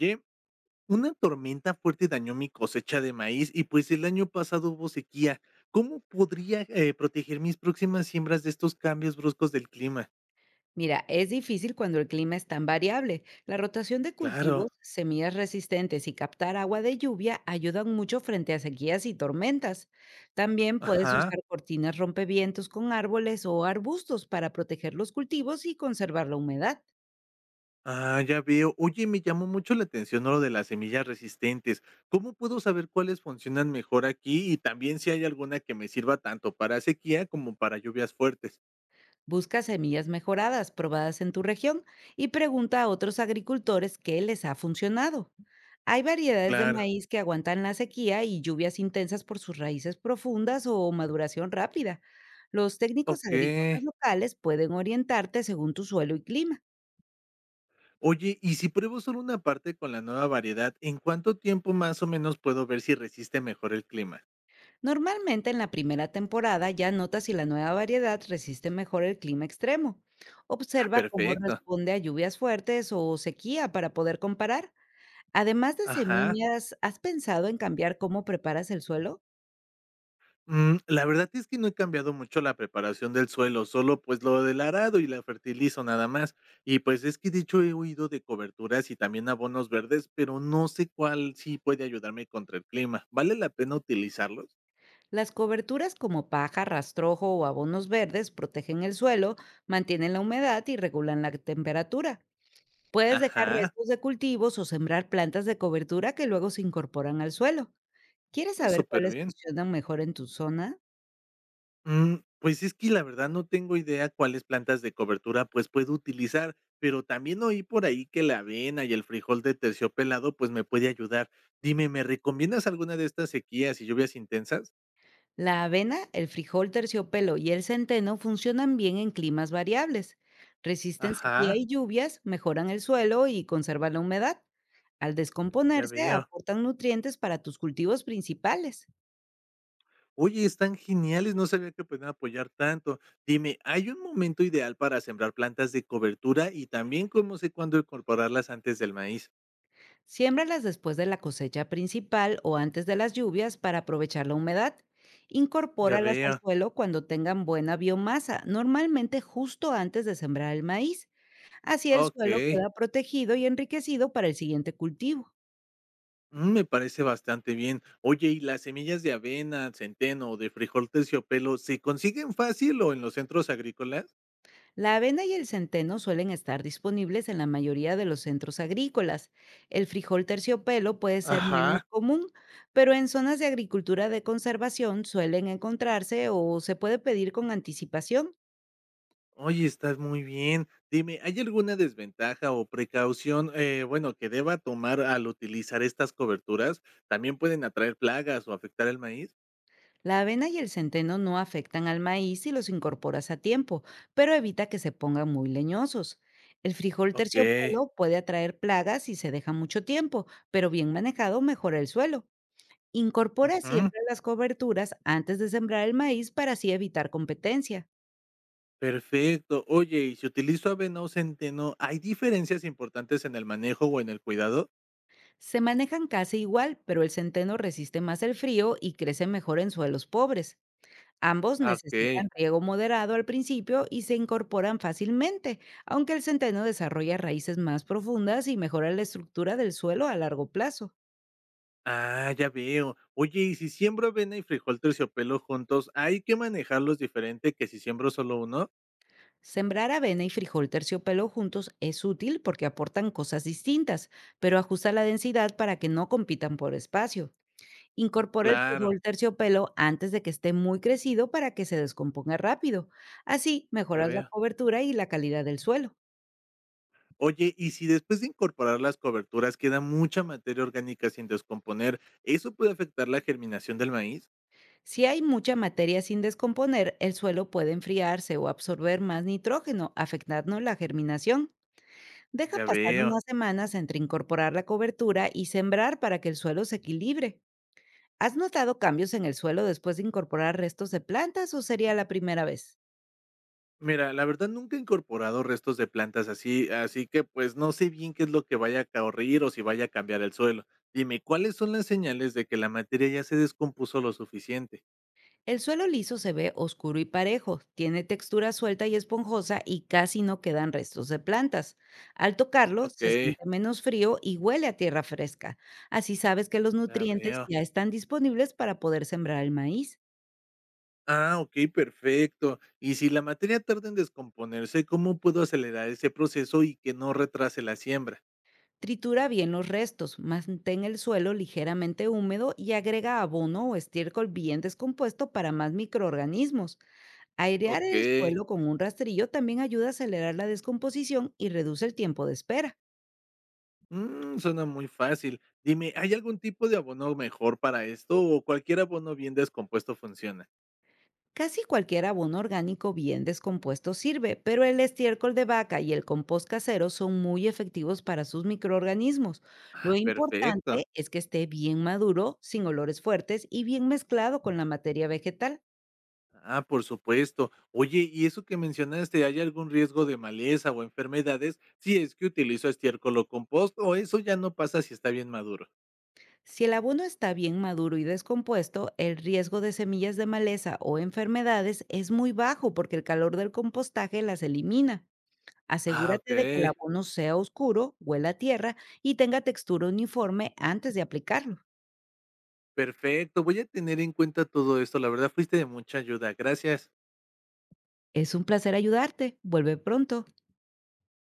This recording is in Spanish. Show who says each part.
Speaker 1: Oye, una tormenta fuerte dañó mi cosecha de maíz y pues el año pasado hubo sequía. ¿Cómo podría proteger mis próximas siembras de estos cambios bruscos del clima?
Speaker 2: Mira, es difícil cuando el clima es tan variable. La rotación de
Speaker 1: Claro,
Speaker 2: cultivos, semillas resistentes y captar agua de lluvia ayudan mucho frente a sequías y tormentas. También puedes
Speaker 1: ajá.
Speaker 2: usar cortinas rompevientos con árboles o arbustos para proteger los cultivos y conservar la humedad.
Speaker 1: Ah, ya veo. Oye, me llamó mucho la atención, ¿no?, lo de las semillas resistentes. ¿Cómo puedo saber cuáles funcionan mejor aquí y también si hay alguna que me sirva tanto para sequía como para lluvias fuertes?
Speaker 2: Busca semillas mejoradas probadas en tu región y pregunta a otros agricultores qué les ha funcionado. Hay variedades de
Speaker 1: Claro.
Speaker 2: maíz que aguantan la sequía y lluvias intensas por sus raíces profundas o maduración rápida. Los técnicos
Speaker 1: Ok.
Speaker 2: agrícolas locales pueden orientarte según tu suelo y clima.
Speaker 1: Oye, y si pruebo solo una parte con la nueva variedad, ¿en cuánto tiempo más o menos puedo ver si resiste mejor el clima?
Speaker 2: Normalmente en la primera temporada ya notas si la nueva variedad resiste mejor el clima extremo.
Speaker 1: Ah,
Speaker 2: Observa cómo
Speaker 1: perfecto.
Speaker 2: responde a lluvias fuertes o sequía para poder comparar. Además de
Speaker 1: Ajá.
Speaker 2: semillas, ¿has pensado en cambiar cómo preparas el suelo?
Speaker 1: La verdad es que no he cambiado mucho la preparación del suelo, solo pues lo del arado y la fertilizo nada más. Y pues es que de hecho he oído de coberturas y también abonos verdes, pero no sé cuál sí puede ayudarme contra el clima. ¿Vale la pena utilizarlos?
Speaker 2: Las coberturas como paja, rastrojo o abonos verdes protegen el suelo, mantienen la humedad y regulan la temperatura. Puedes dejar
Speaker 1: Ajá.
Speaker 2: restos de cultivos o sembrar plantas de cobertura que luego se incorporan al suelo. ¿Quieres
Speaker 1: Ah,
Speaker 2: saber
Speaker 1: súper
Speaker 2: cuáles
Speaker 1: bien.
Speaker 2: funcionan mejor en tu zona?
Speaker 1: Pues es que la verdad no tengo idea cuáles plantas de cobertura pues puedo utilizar, pero también oí por ahí que la avena y el frijol de terciopelado pues me puede ayudar. Dime, ¿me recomiendas alguna de estas sequías y lluvias intensas?
Speaker 2: La avena, el frijol terciopelo y el centeno funcionan bien en climas variables. Resisten sequía
Speaker 1: Ajá,
Speaker 2: y lluvias, mejoran el suelo y conservan la humedad. Al
Speaker 1: ya
Speaker 2: descomponerse,
Speaker 1: veo.
Speaker 2: aportan nutrientes para tus cultivos principales.
Speaker 1: Oye, están geniales, no sabía que podían apoyar tanto. Dime, ¿hay un momento ideal para sembrar plantas de cobertura y también cómo sé cuándo incorporarlas antes del maíz?
Speaker 2: Siémbralas después de la cosecha principal o antes de las lluvias para aprovechar la humedad.
Speaker 1: Ya
Speaker 2: Incorpóralas al
Speaker 1: veo.
Speaker 2: suelo cuando tengan buena biomasa, normalmente justo antes de sembrar el maíz. Así el
Speaker 1: Ok.
Speaker 2: suelo queda protegido y enriquecido para el siguiente cultivo.
Speaker 1: Mm, me parece bastante bien. Oye, ¿y las semillas de avena, centeno o de frijol terciopelo se consiguen fácil o en los centros agrícolas?
Speaker 2: La avena y el centeno suelen estar disponibles en la mayoría de los centros agrícolas. El frijol terciopelo puede ser menos
Speaker 1: Ajá.
Speaker 2: común, pero en zonas de agricultura de conservación suelen encontrarse o se puede pedir con anticipación.
Speaker 1: Oye, estás muy bien. Dime, ¿hay alguna desventaja o precaución, bueno, que deba tomar al utilizar estas coberturas? ¿También pueden atraer plagas o afectar el maíz?
Speaker 2: La avena y el centeno no afectan al maíz si los incorporas a tiempo, pero evita que se pongan muy leñosos. El frijol
Speaker 1: Ok.
Speaker 2: terciopelo puede atraer plagas si se deja mucho tiempo, pero bien manejado mejora el suelo. Incorpora
Speaker 1: Ujú,
Speaker 2: siempre las coberturas antes de sembrar el maíz para así evitar competencia.
Speaker 1: perfecto. Oye, ¿y si utilizo avena o centeno, hay diferencias importantes en el manejo o en el cuidado?
Speaker 2: Se manejan casi igual, pero el centeno resiste más el frío y crece mejor en suelos pobres. Ambos
Speaker 1: Ah,
Speaker 2: necesitan
Speaker 1: ok.
Speaker 2: riego moderado al principio y se incorporan fácilmente, aunque el centeno desarrolla raíces más profundas y mejora la estructura del suelo a largo plazo.
Speaker 1: Ah, ya veo. Oye, y si siembro avena y frijol terciopelo juntos, ¿hay que manejarlos diferente que si siembro solo uno?
Speaker 2: Sembrar avena y frijol terciopelo juntos es útil porque aportan cosas distintas, pero ajusta la densidad para que no compitan por espacio. Incorpora el
Speaker 1: Claro,
Speaker 2: frijol terciopelo antes de que esté muy crecido para que se descomponga rápido. Así
Speaker 1: ya
Speaker 2: mejoras la
Speaker 1: veo.
Speaker 2: cobertura y la calidad del suelo.
Speaker 1: Oye, y si después de incorporar las coberturas queda mucha materia orgánica sin descomponer, ¿eso puede afectar la germinación del maíz?
Speaker 2: Si hay mucha materia sin descomponer, el suelo puede enfriarse o absorber más nitrógeno, afectando la germinación. Deja
Speaker 1: Ya
Speaker 2: pasar
Speaker 1: veo.
Speaker 2: unas semanas entre incorporar la cobertura y sembrar para que el suelo se equilibre. ¿Has notado cambios en el suelo después de incorporar restos de plantas o sería la primera vez?
Speaker 1: Mira, la verdad nunca he incorporado restos de plantas, así así que pues no sé bien qué es lo que vaya a ocurrir o si vaya a cambiar el suelo. Dime, ¿cuáles son las señales de que la materia ya se descompuso lo suficiente?
Speaker 2: El suelo liso se ve oscuro y parejo, tiene textura suelta y esponjosa y casi no quedan restos de plantas. Al tocarlo
Speaker 1: Ok,
Speaker 2: se siente menos frío y huele a tierra fresca. Así sabes que los
Speaker 1: ya
Speaker 2: nutrientes
Speaker 1: veo.
Speaker 2: ya están disponibles para poder sembrar el maíz.
Speaker 1: Ah, okey, perfecto. Y si la materia tarda en descomponerse, ¿cómo puedo acelerar ese proceso y que no retrase la siembra?
Speaker 2: Tritura bien los restos, mantén el suelo ligeramente húmedo y agrega abono o estiércol bien descompuesto para más microorganismos. Airear el
Speaker 1: Okey.
Speaker 2: suelo con un rastrillo también ayuda a acelerar la descomposición y reduce el tiempo de espera.
Speaker 1: Suena muy fácil. Dime, ¿hay algún tipo de abono mejor para esto o cualquier abono bien descompuesto funciona?
Speaker 2: Casi cualquier abono orgánico bien descompuesto sirve, pero el estiércol de vaca y el compost casero son muy efectivos para sus microorganismos. Lo
Speaker 1: Ah, perfecto.
Speaker 2: importante es que esté bien maduro, sin olores fuertes y bien mezclado con la materia vegetal.
Speaker 1: Ah, por supuesto. Oye, y eso que mencionaste, ¿hay algún riesgo de maleza o enfermedades si es que utilizo estiércol o compost, o eso ya no pasa si está bien maduro?
Speaker 2: Si el abono está bien maduro y descompuesto, el riesgo de semillas de maleza o enfermedades es muy bajo porque el calor del compostaje las elimina.
Speaker 1: Ah,
Speaker 2: Asegúrate de que el
Speaker 1: okey.
Speaker 2: abono sea oscuro, huela a tierra y tenga textura uniforme antes de aplicarlo.
Speaker 1: Perfecto, voy a tener en cuenta todo esto. La verdad fuiste de mucha ayuda. Gracias.
Speaker 2: Es un placer ayudarte. Vuelve pronto.